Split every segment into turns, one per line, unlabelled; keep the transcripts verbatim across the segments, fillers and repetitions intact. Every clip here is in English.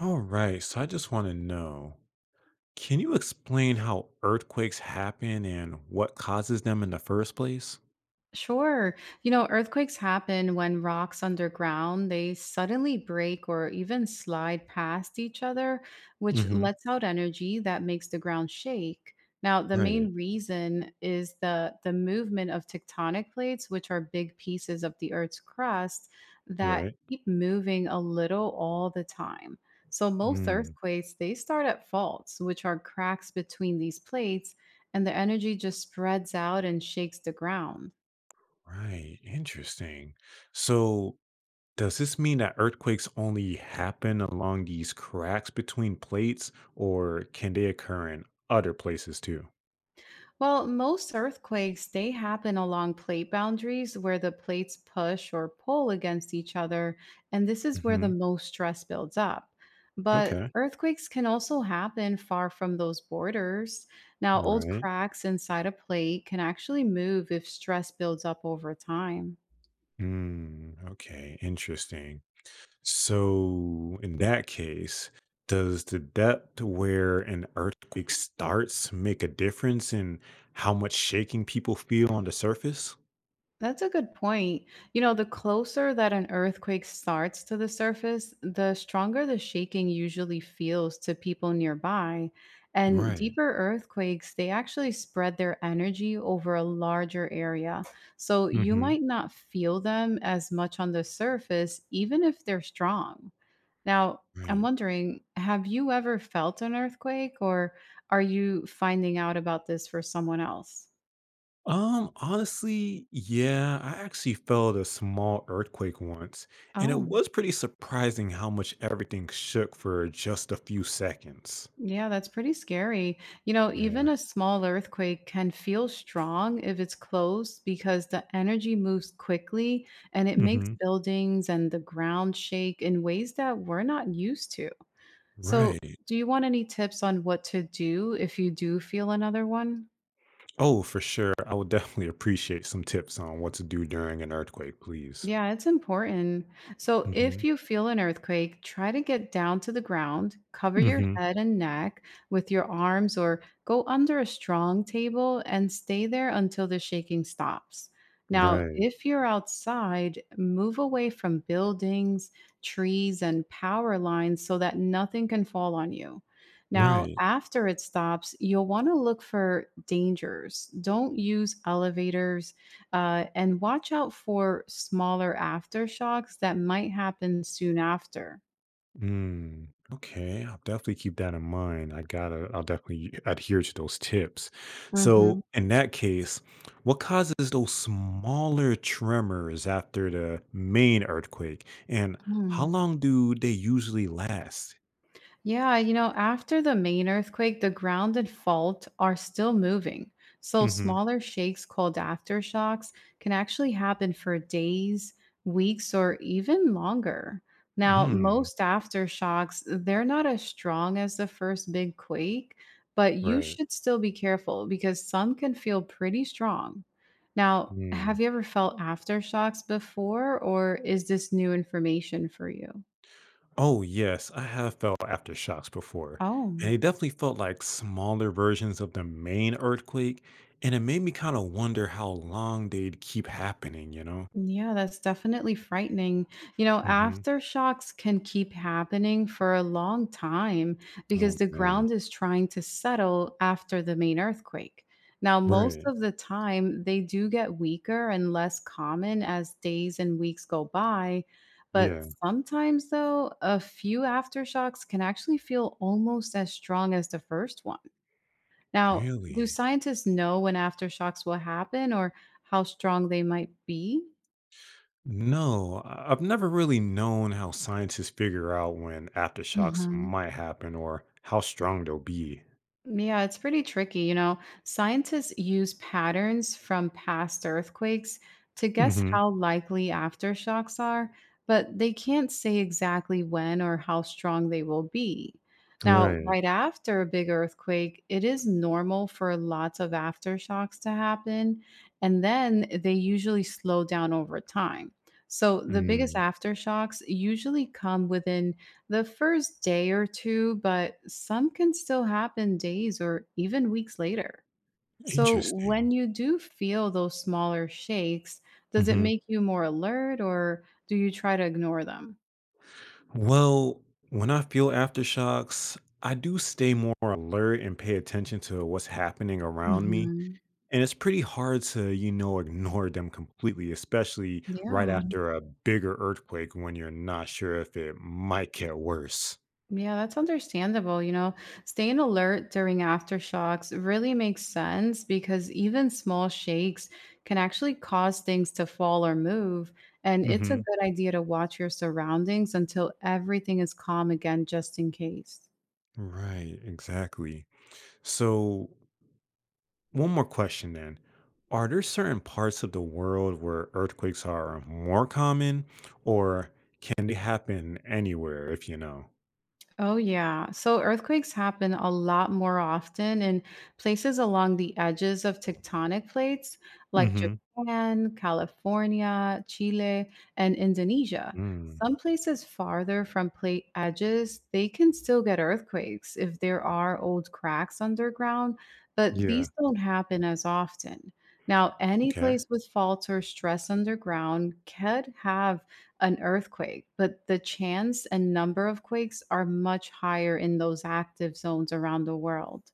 All right, so I just want to know, can you explain how earthquakes happen and what causes them in the first place?
Sure. You know, earthquakes happen when rocks underground, they suddenly break or even slide past each other, which
Hmm.
lets out energy that makes the ground shake. Now, the
Right.
main reason is the the movement of tectonic plates, which are big pieces of the earth's crust that
Right.
keep moving a little all the time. So most
Mm,
earthquakes, they start at faults, which are cracks between these plates, and the energy just spreads out and shakes the ground.
right, interesting. So, does this mean that earthquakes only happen along these cracks between plates, or can they occur in other places too?
Well, most earthquakes, they happen along plate boundaries where the plates push or pull against each other, and this is where the
Hmm.
most stress builds up. But
Okay.
earthquakes can also happen far from those borders. Now, old
Right.
cracks inside a plate can actually move if stress builds up over time.
Mm, okay, interesting. So, in that case, does the depth where an earthquake starts make a difference in how much shaking people feel on the surface?
That's a good point. You know, the closer that an earthquake starts to the surface, the stronger the shaking usually feels to people nearby. And
Right.
deeper earthquakes, they actually spread their energy over a larger area. So you
Hmm.
might not feel them as much on the surface, even if they're strong. Now, I'm
Right.
wondering, have you ever felt an earthquake, or are you finding out about this for someone else?
Um, honestly, yeah, I actually felt a small earthquake once, and it
Oh.
was pretty surprising how much everything shook for just a few seconds.
Yeah, that's pretty scary. You know, even
Yeah.
a small earthquake can feel strong if it's close because the energy moves quickly and it makes
Hmm.
buildings and the ground shake in ways that we're not used to. So,
Right.
do you want any tips on what to do if you do feel another one?
Oh, for sure. I would definitely appreciate some tips on what to do during an earthquake, please.
Yeah, it's important. So if
Mhm.
you feel an earthquake, try to get down to the ground, cover your
Mhm.
head and neck with your arms, or go under a strong table and stay there until the shaking stops. Now,
Right.
if you're outside, move away from buildings, trees, and power lines so that nothing can fall on you. Now,
Right.
after it stops, you'll want to look for dangers. Don't use elevators, uh, and watch out for smaller aftershocks that might happen soon after.
Mm. Okay. I'll definitely keep that in mind. I gotta, I'll definitely adhere to those tips.
Mhm,
So, in that case, what causes those smaller tremors after the main earthquake? And how
mm.
long do they usually last?
Yeah, you know, after the main earthquake, the ground and fault are still moving. So
Mm-hmm.
smaller shakes called aftershocks can actually happen for days, weeks, or even longer. Now,
Mm.
most aftershocks, they're not as strong as the first big quake, but you
Right.
should still be careful because some can feel pretty strong. Now, have
Mm.
you ever felt aftershocks before, or is this new information for you?
Oh, yes, I have felt aftershocks before, and
Oh.
they definitely felt like smaller versions of the main earthquake, and it made me kind of wonder how long they'd keep happening, you know?
Yeah, that's definitely frightening. You know,
Hmm.
aftershocks can keep happening for a long time because
Oh,
the
man.
ground is trying to settle after the main earthquake. Now, most
Right.
of the time, they do get weaker and less common as days and weeks go by. But
Yeah.
sometimes, though, a few aftershocks can actually feel almost as strong as the first one. Now, do
Really?
scientists know when aftershocks will happen or how strong they might be?
No, I- I've never really known how scientists figure out when aftershocks
Mhm.
might happen or how strong they'll be.
Yeah, it's pretty tricky. You know, scientists use patterns from past earthquakes to guess
Hmm.
how likely aftershocks are, but they can't say exactly when or how strong they will be. Now,
Right.
right after a big earthquake, it is normal for lots of aftershocks to happen, and then they usually slow down over time. So, the biggest
Mm.
aftershocks usually come within the first day or two, but some can still happen days or even weeks later. So, when
Interesting.
you do feel those smaller shakes, does it
Hmm.
make you more alert or do you try to ignore them?
Well, when I feel aftershocks, I do stay more alert and pay attention to what's happening around me.
Hmm.
And it's pretty hard to, you know, ignore them completely, especially right
Yeah.
after a bigger earthquake when you're not sure if it might get worse.
Yeah, that's understandable. You know, staying alert during aftershocks really makes sense because even small shakes can actually cause things to fall or move. And it's a
Hmm.
good idea to watch your surroundings until everything is calm again, just in case.
Right, exactly. So, one more question then. Are there certain parts of the world where earthquakes are more common, or can they happen anywhere if you know?
Oh, yeah. So earthquakes happen a lot more often in places along the edges of tectonic plates like Japan, California, Chile, and Indonesia.
Mm,
Some places farther from plate edges, they can still get earthquakes if there are old cracks underground, but
yeah.
these don't happen as often. Now, any
Okay.
place with faults or stress underground could have an earthquake, but the chance and number of quakes are much higher in those active zones around the world.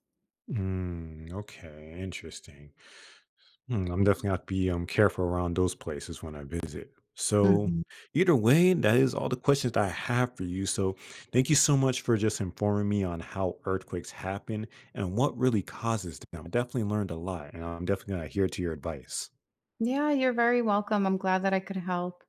Mm, okay, interesting. Hmm, I'm definitely have to be um careful around those places when I visit. So,
Mhm.
either way, that is all the questions that I have for you. So, thank you so much for just informing me on how earthquakes happen and what really causes them. I definitely learned a lot, and I'm definitely gonna adhere to your advice.
Yeah, you're very welcome. I'm glad that I could help.